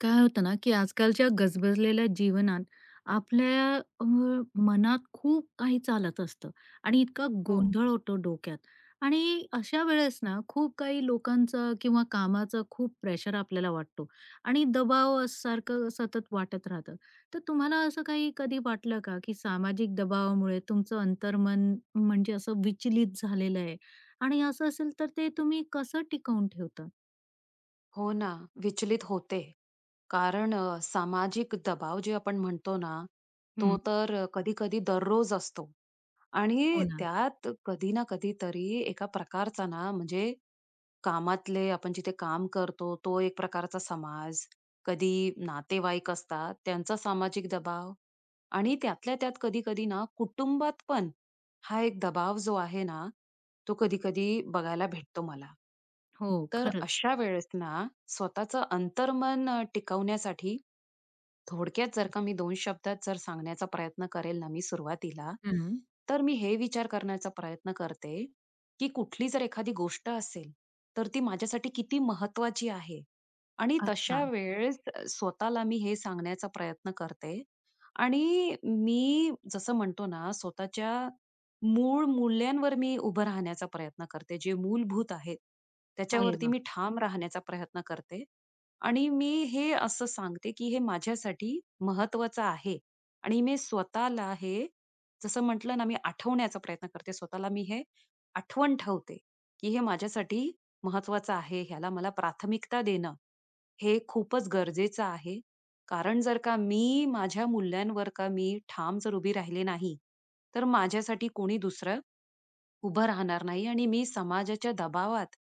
काय होतं ना, की आजकालच्या गजबजलेल्या जीवनात आपल्या अ, मनात खूप काही चालत असतं आणि इतका हो, गोंधळ होतो डोक्यात आणि अशा वेळेस ना, खूप काही लोकांचं किंवा कामाचं खूप प्रेशर आपल्याला वाटतो आणि दबाव सारखं सतत वाटत राहतं. तर तुम्हाला असं काही कधी वाटलं का, की सामाजिक दबावामुळे तुमचं अंतर्मन म्हणजे असं विचलित झालेलं आहे आणि असं असेल तर ते तुम्ही कसं टिकवून ठेवता? हो ना, विचलित होते. कारण सामाजिक दबाव जे आपण म्हणतो ना, तो हं. तर कधी-कधी दररोज असतो हो आणि ना. त्यात कधी ना कधी तरी एका प्रकारचा ना म्हणजे कामातले आपण जिथे काम करतो तो एक प्रकारचा समाज, कधी नातेवाईक असतात त्यांचा सामाजिक दबाव आणि त्यातल्या त्यात कधी-कधी ना कुटुंबात पण हा एक दबाव जो आहे ना, तो कधी-कधी बघायला भेटतो मला. हो, तर खरंच. अशा वेळेस ना स्वतःचं अंतर्मन टिकवण्यासाठी थोडक्यात जर का मी 2 शब्दात जर सांगण्याचा प्रयत्न करेल ना मी सुरुवातीला, हं. तर मी हे विचार करण्याचा प्रयत्न करते की कुठली जर एखादी गोष्ट असेल, तर ती माझ्यासाठी किती महत्त्वाची आहे. आणि अच्छा. तशा वेळेस स्वतःला मी हे सांगण्याचा प्रयत्न करते आणि मी जसं म्हणतो ना, स्वतःच्या मूळ मूल्यांवर मी उभं राहण्याचा प्रयत्न करते. जे मूलभूत आहेत, अरे त्याच्यावरती वा, मी ठाम राहण्याचा प्रयत्न करते. आणि मी हे असं सांगते, की हे माझ्यासाठी महत्त्वाचं आहे आणि मी स्वतःला हे जसं म्हटलं ना, मी आठवण्याचा प्रयत्न करते. स्वतःला मी हे आठवण ठेवते, की हे माझ्यासाठी महत्वाचं आहे. ह्याला मला प्राथमिकता देणं हे खूपच गरजेचं आहे. कारण जर का मी माझ्या मूल्यांवर का मी ठाम जर उभी राहिले नाही, तर माझ्यासाठी कोणी दुसरं उभं राहणार नाही आणि मी समाजाच्या दबावात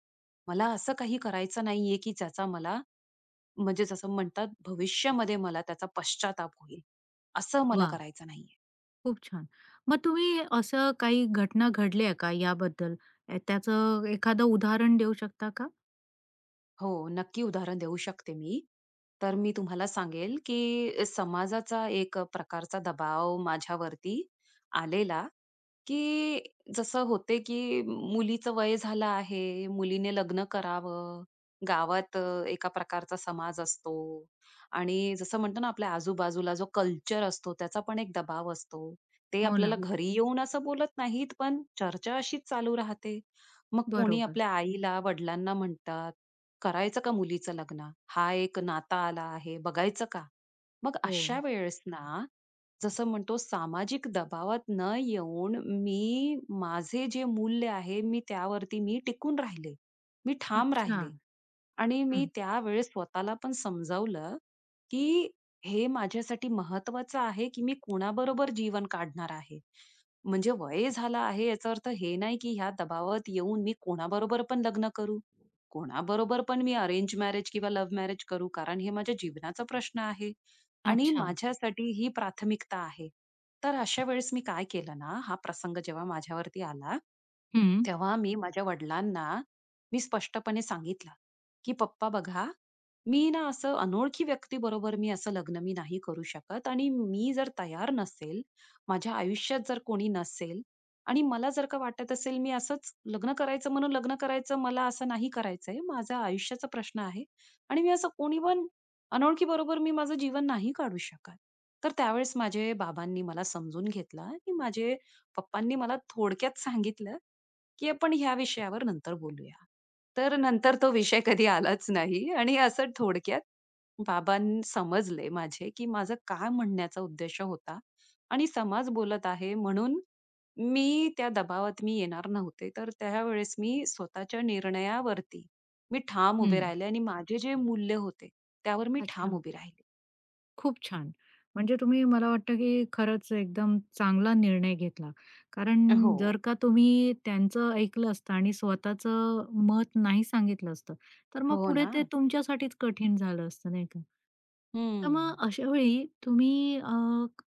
मला असं काही करायचं नाहीये, की ज्याचा मला म्हणजे जसं म्हणतात भविष्यामध्ये मला त्याचा पश्चाताप होईल. असं मला वाह! करायचं नाहीये. खूप छान. मग तुम्ही असं काही घटना घडल्या का याबद्दल? त्याचं एखादं उदाहरण देऊ शकता का? हो, नक्की उदाहरण देऊ शकते मी. तर मी तुम्हाला सांगेल, की समाजाचा एक प्रकारचा दबाव माझ्यावरती आलेला, की जसं होते, की मुलीचं वय झालं आहे, मुलीने लग्न करावं. गावात एका प्रकारचा समाज असतो आणि जसं म्हणतो ना, आपल्या आजूबाजूला जो कल्चर असतो, त्याचा पण एक दबाव असतो. ते हो आपल्याला ना. घरी येऊन असं बोलत नाहीत, पण चर्चा अशीच चालू राहते. मग कोणी बरोबर. आपल्या आईला, वडिलांना म्हणतात, करायचं का मुलीचं लग्न? हा एक नाता आला आहे, बघायचं का? मग हो. अशा वेळेस ना, जसं म्हणतो सामाजिक दबावात न येऊन मी माझे जे मूल्य आहे, मी त्यावरती टिकून राहिले. मी ठाम अच्छा. राहिले. आणि मी हं. त्यावेळेस स्वतःला पण समजावलं, की हे माझ्यासाठी महत्वाचं आहे, की मी कुणाबरोबर जीवन काढणार आहे. म्हणजे वय झालं आहे याचा अर्थ हे नाही, की ह्या दबावात येऊन मी कोणाबरोबर पण लग्न करू. कोणाबरोबर पण मी अरेंज मॅरेज किंवा लव्ह मॅरेज करू. कारण हे माझ्या जीवनाचा प्रश्न आहे आणि अच्छा. माझ्यासाठी ही प्राथमिकता आहे. तर अशा वेळेस मी काय केलं ना, हा प्रसंग जेव्हा माझ्यावरती आला, हं. तेव्हा मी माझ्या वडिलांना स्पष्टपणे सांगितलं. की "पप्पा बघा, मी ना असं अनोळखी व्यक्ती बरोबर मी असं लग्न नाही करू शकत आणि मी जर तयार नसेल, माझ्या आयुष्यात जर कोणी नसेल आणि मला जर का वाटत असेल मी असंच लग्न करायचं म्हणून लग्न करायचं, मला असं नाही करायचंय. माझा आयुष्याचा प्रश्न आहे आणि मी असं कोणी पण अनोळखी बरोबर माझं जीवन नाही काढू शकत." तर त्यावेळेस माझे बाबांनी मला समजून घेतलं आणि माझे पप्पांनी मला थोडक्यात सांगितलं, की "आपण ह्या विषयावर नंतर बोलूया." तर नंतर तो विषय कधी आलाच नाही आणि असं थोडक्यात बाबांनी समजले माझे, की माझं काय म्हणण्याचा उद्देश होता आणि समाज बोलत आहे म्हणून मी त्या दबावात येणार नव्हते. तर त्यावेळेस मी स्वतःच्या निर्णयावरती ठाम उभे हं. राहिले आणि माझे जे मूल्य होते, त्यावर मी ठाम अच्छा. उभी राहिले. खूप छान. म्हणजे तुम्ही मला वाटतं की खरंच एकदम चांगला निर्णय घेतला. कारण जर हो, का तुम्ही त्यांचं ऐकलं असतं आणि स्वतःचं मत नाही सांगितलं असतं, तर मग हो पुढे ना. ते तुमच्यासाठीच कठीण झालं असतं, नाही का? हं. तर मग अशा वेळी तुम्ही क-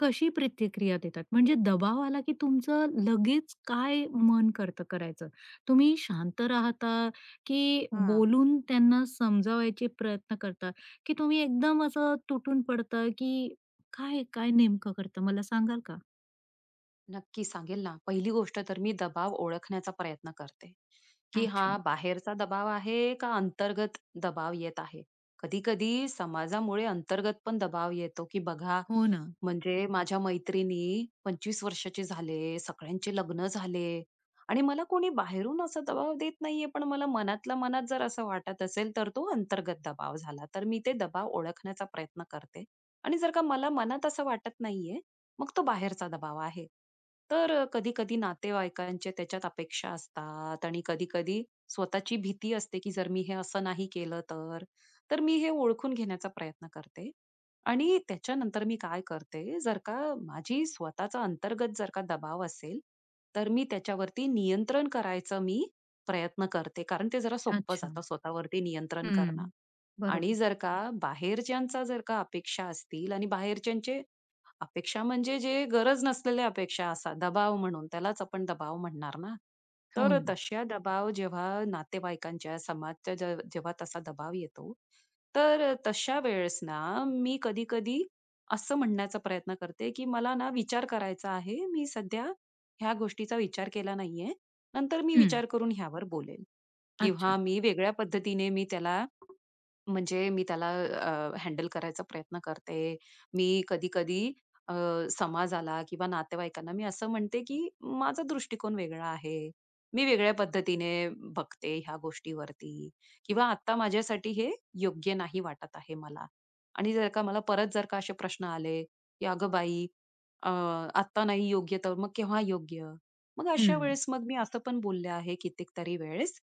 कशी प्रतिक्रिया देतात म्हणजे दबाव आला की तुमचं लगेच काय मन करतं करायचं, तुम्ही शांत राहता की हां. बोलून त्यांना समजावायचे प्रयत्न करता की तुम्ही एकदम असं तुटून पडता की काय काय नेमकं करतं मला सांगाल का? नक्की सांगेल ना. पहिली गोष्ट तर मी दबाव ओळखण्याचा प्रयत्न करते. की हा अच्छा. बाहेरचा दबाव आहे का अंतर्गत दबाव येत आहे. कधी-कधी समाजामुळे अंतर्गत पण दबाव येतो, की बघा हो ना. म्हणजे माझ्या मैत्रिणी 25 वर्षाचे झाले, सगळ्यांचे लग्न झाले आणि मला कोणी बाहेरून असा दबाव देत नाहीये, पण मला मनातल्या मनात जर असं वाटत असेल, तर तो अंतर्गत दबाव झाला. तर मी ते दबाव ओळखण्याचा प्रयत्न करते आणि जर का मला मनात असं वाटत नाहीये मग तो बाहेरचा दबाव आहे. तर कधी-कधी नातेवाईकांचे त्याच्यात अपेक्षा असतात आणि कधी-कधी स्वतःची भीती असते, की जर मी हे असं नाही केलं तर? तर मी हे ओळखून घेण्याचा प्रयत्न करते आणि त्याच्यानंतर मी काय करते, जर का माझी स्वतःचा अंतर्गत जर का दबाव असेल, तर मी त्याच्यावरती नियंत्रण करायचा मी प्रयत्न करते. कारण ते जरा सोपं अच्छा. जातं स्वतःवरती नियंत्रण करणं हम्म. आणि बरोबर. जर का बाहेरच्यांचा जर का अपेक्षा असतील आणि बाहेरच्यांचे अपेक्षा म्हणजे जे गरज नसलेल्या अपेक्षा असा दबाव म्हणून त्यालाच आपण दबाव म्हणणार ना. हो तर ना. तशा दबाव जेव्हा नातेवाईकांच्या, समाजच्या जेव्हा तसा दबाव येतो, तर तशा वेळेस ना मी कधी-कधी असं म्हणण्याचा प्रयत्न करते, की मला ना विचार करायचा आहे. मी सध्या ह्या गोष्टीचा विचार केला नाहीये. नंतर मी हम्म. विचार करून ह्यावर बोलेल अच्छा. किंवा मी वेगळ्या पद्धतीने मी त्याला म्हणजे मी त्याला अ, करायचा प्रयत्न करते. मी कधी-कधी अ, समाजाला किंवा नातेवाईकांना मी असं म्हणते, की माझा दृष्टिकोन वेगळा आहे. मी वेगळ्या पद्धतीने बघते ह्या गोष्टीवरती किंवा आत्ता माझ्यासाठी हे योग्य नाही वाटत आहे मला. आणि जर का मला परत जर का असे प्रश्न आले, की "अगं बाई, अ, आत्ता नाही योग्य तर मग केव्हा योग्य?" मग अशा हम्म. वेळेस मग मी असं पण बोलले आहे कित्येक तरी वेळेस,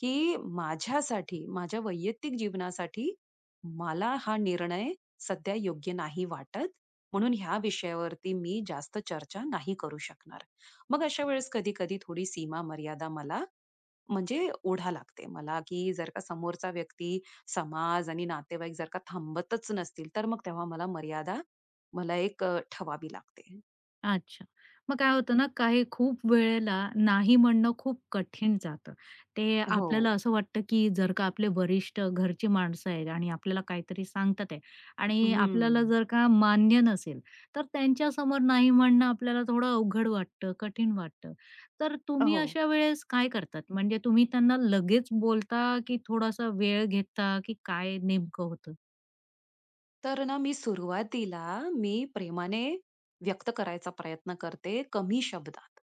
की माझ्यासाठी, माझ्या वैयक्तिक जीवनासाठी मला हा निर्णय सध्या योग्य नाही वाटत. म्हणून ह्या विषयावरती मी जास्त चर्चा नाही करू शकणार. मग अशा वेळेस कधी-कधी थोडी सीमा मर्यादा मला म्हणजे ओढा लागते मला, की जर का समोरचा व्यक्ती, समाज आणि नातेवाईक जर का थांबतच नसतील, तर मग तेव्हा मला मर्यादा एक ठेवावी लागते. अच्छा. मग काय होतं ना, काही खूप वेळेला नाही म्हणणं खूप कठीण जातं. ते हो. आपल्याला असं वाटतं, की जर का आपले वरिष्ठ घरची माणसं आहेत आणि आपल्याला काहीतरी सांगतात आहे आणि आपल्याला हं. जर का मान्य नसेल, तर त्यांच्यासमोर नाही म्हणणं आपल्याला थोडं अवघड वाटतं, कठीण वाटतं. तर तुम्ही हो. अशा वेळेस काय करतात? म्हणजे तुम्ही त्यांना लगेच बोलता, की थोडासा वेळ घेता, की काय नेमकं होतं? तर ना मी सुरुवातीला मी प्रेमाने व्यक्त करायचा प्रयत्न करते कमी शब्दात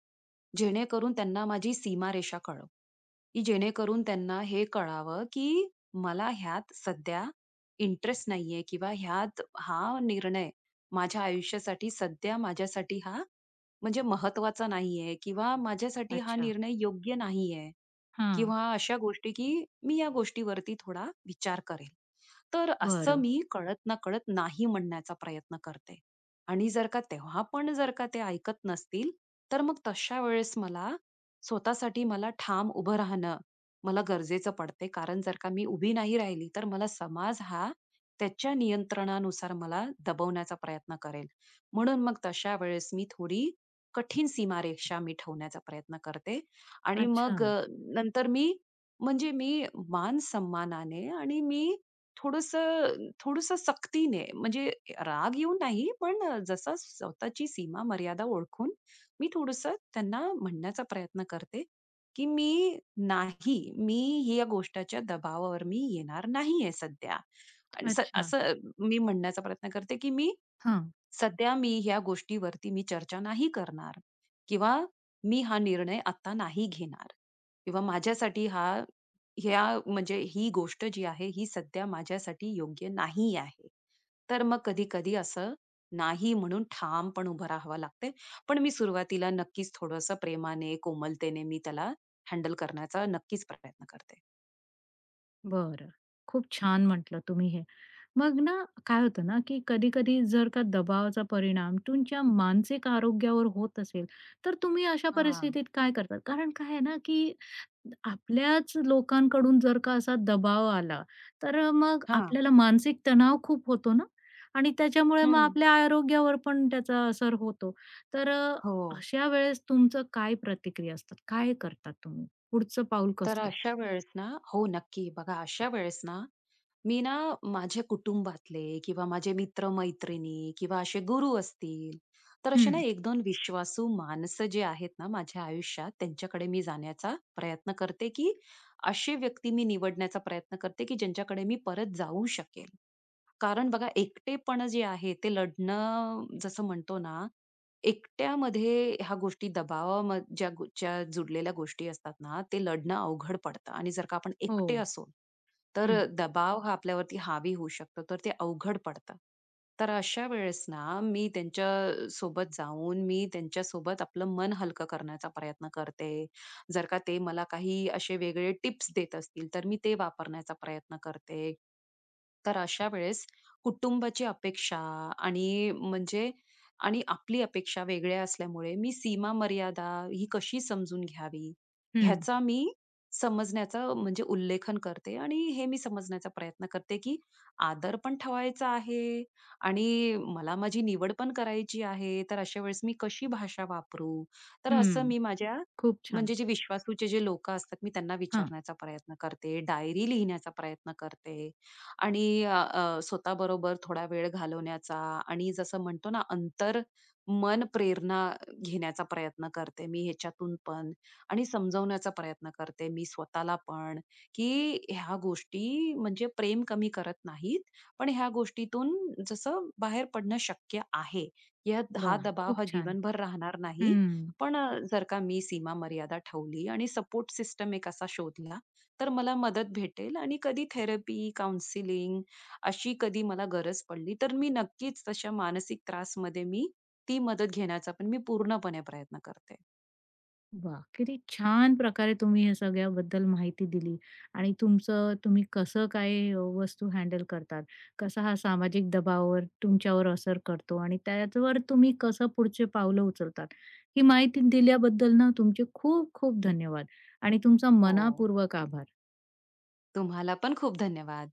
जेणेकरून त्यांना माझी सीमारेषा कळव की जेणेकरून त्यांना हे कळावं की मला ह्यात सध्या इंटरेस्ट नाहीये किंवा ह्यात हा निर्णय माझ्या आयुष्यासाठी सध्या माझ्यासाठी हा म्हणजे महत्वाचा नाहीये किंवा माझ्यासाठी हा अच्छा. निर्णय योग्य नाहीये हां. किंवा अशा गोष्टी की मी या गोष्टीवरती थोडा विचार करेल. तर असं बरं. मी कळत ना कळत नाही म्हणण्याचा प्रयत्न करते. आणि जर का तेव्हा पण जर का ते ऐकत नसतील, तर मग तशा वेळेस मला स्वतःसाठी ठाम उभं राहणं गरजेचं पडते. कारण जर का मी उभी नाही राहिली, तर मला समाज हा त्याच्या नियंत्रणानुसार मला दबवण्याचा प्रयत्न करेल. म्हणून मग तशा वेळेस मी थोडी कठीण सीमारेषा मी ठेवण्याचा प्रयत्न करते आणि अच्छा. मग नंतर मी मान-सन्मानाने आणि मी थोडंसं थोडंसं सक्तीने म्हणजे राग येऊन नाही, पण जसा जसं स्वतःची सीमा मर्यादा ओळखून मी थोडंसं त्यांना म्हणण्याचा प्रयत्न करते, की "मी नाही, मी या गोष्टीच्या दबावावर मी येणार नाहीये सध्या." आणि स अच्छा. असं मी म्हणण्याचा प्रयत्न करते, की "मी हां. सध्या मी ह्या गोष्टीवरती चर्चा नाही करणार किंवा मी हा निर्णय आता नाही घेणार किंवा माझ्यासाठी हा ह्या म्हणजे ही गोष्ट जी आहे ही सध्या माझ्यासाठी योग्य नाही आहे. तर मग कधी-कधी असं नाही म्हणून ठाम पण उभं राहावं लागते. पण मी सुरुवातीला नक्कीच थोडंसं प्रेमाने, कोमलतेने मी त्याला हँडल करण्याचा नक्कीच प्रयत्न करते. बरं. खूप छान म्हटलं तुम्ही हे. मग ना काय होतं ना, की कधी-कधी जर का दबावाचा परिणाम तुमच्या मानसिक आरोग्यावर होत असेल, तर तुम्ही अशा हां, परिस्थितीत काय करतात? कारण काय आहे ना, की आपल्याच लोकांकडून जर का असा दबाव आला, तर मग हां. आपल्याला मानसिक तणाव खूप होतो ना आणि त्याच्यामुळे मग हं. आपल्या आरोग्यावर पण त्याचा असर होतो. तर हो. अशा वेळेस तुमचं काय प्रतिक्रिया असतात? काय करतात तुम्ही? पुढचं पाऊल तर कसं? अशा वेळेस ना हो, नक्की. बघा अशा वेळेस ना मी ना माझ्या कुटुंबातले किंवा माझे मित्र-मैत्रिणी किंवा असे गुरु असतील, तर असे ना हं. 1-2 विश्वासू माणसं जे आहेत ना माझ्या आयुष्यात, त्यांच्याकडे मी जाण्याचा प्रयत्न करते, की अशी व्यक्ती मी निवडण्याचा प्रयत्न करते, की ज्यांच्याकडे मी परत जाऊ शकेल. कारण बघा एकटेपण जे आहे ते लढणं जसं म्हणतो ना, एकट्यामध्ये ह्या गोष्टी दबावाम ज्या गो ज्या जुडलेल्या गोष्टी असतात ना, ते लढणं अवघड पडतं आणि जर का आपण एकटे हो. असू, तर दबाव हा आपल्यावरती हावी होऊ शकतो, तर ते अवघड पडतं. तर अशा वेळेस ना, मी त्यांच्या सोबत जाऊन मी त्यांच्यासोबत आपलं मन हलकं करण्याचा प्रयत्न करते. जर का ते मला काही असे वेगळे टिप्स देत असतील, तर मी ते वापरण्याचा प्रयत्न करते. तर अशा वेळेस कुटुंबाची अपेक्षा आणि म्हणजे आणि आपली अपेक्षा वेगळ्या असल्यामुळे मी सीमा मर्यादा ही कशी समजून घ्यावी हं, ह्याचा मी समजण्याचा म्हणजे उल्लेखन करते आणि हे मी समजण्याचा प्रयत्न करते की आदर पण ठेवायचा आहे आणि मला माझी निवड पण करायची आहे तर अशा वेळेस मी कशी भाषा वापरू तर असं हं. मी माझ्या खूप छान. म्हणजे जे विश्वासूचे जे लोक असतात मी त्यांना हां. विचारण्याचा प्रयत्न करते डायरी लिहिण्याचा प्रयत्न करते आणि अ, अ, स्वतःबरोबर थोडा वेळ घालवण्याचा आणि जसं म्हणतो ना अंतर मन प्रेरणा घेण्याचा प्रयत्न करते मी ह्याच्यातून पण आणि समजवण्याचा प्रयत्न करते मी स्वतःला पण की ह्या गोष्टी म्हणजे प्रेम कमी करत नाहीत पण ह्या गोष्टीतून जसं बाहेर पडणं शक्य आहे हा वाह! दबाव खूप हा छान. जीवनभर राहणार नाही हं. पण जर का मी सीमा मर्यादा ठेवली आणि सपोर्ट सिस्टम एक असा शोधला तर मला मदत भेटेल आणि कधी थेरपी, काउन्सिलिंग अशी कधी मला गरज पडली, तर मी नक्कीच तशा मानसिक त्रासमध्ये मी ती मदत घेण्याचा पण मी पूर्णपणे प्रयत्न करते. वाह! किती छान प्रकारे तुम्ही या सगळ्याबद्दल माहिती दिली आणि तुमचं तुम्ही कसं काय वस्तू हँडल करतात. कसा हा सामाजिक दबावावर तुमच्यावर असर करतो आणि त्याच्यावर तुम्ही कसं पुढचे पावलं उचलतात. ही माहिती दिल्याबद्दल ना तुमचे खूप खूप धन्यवाद आणि तुमचा हो. मनापूर्वक आभार. तुम्हाला पण खूप धन्यवाद.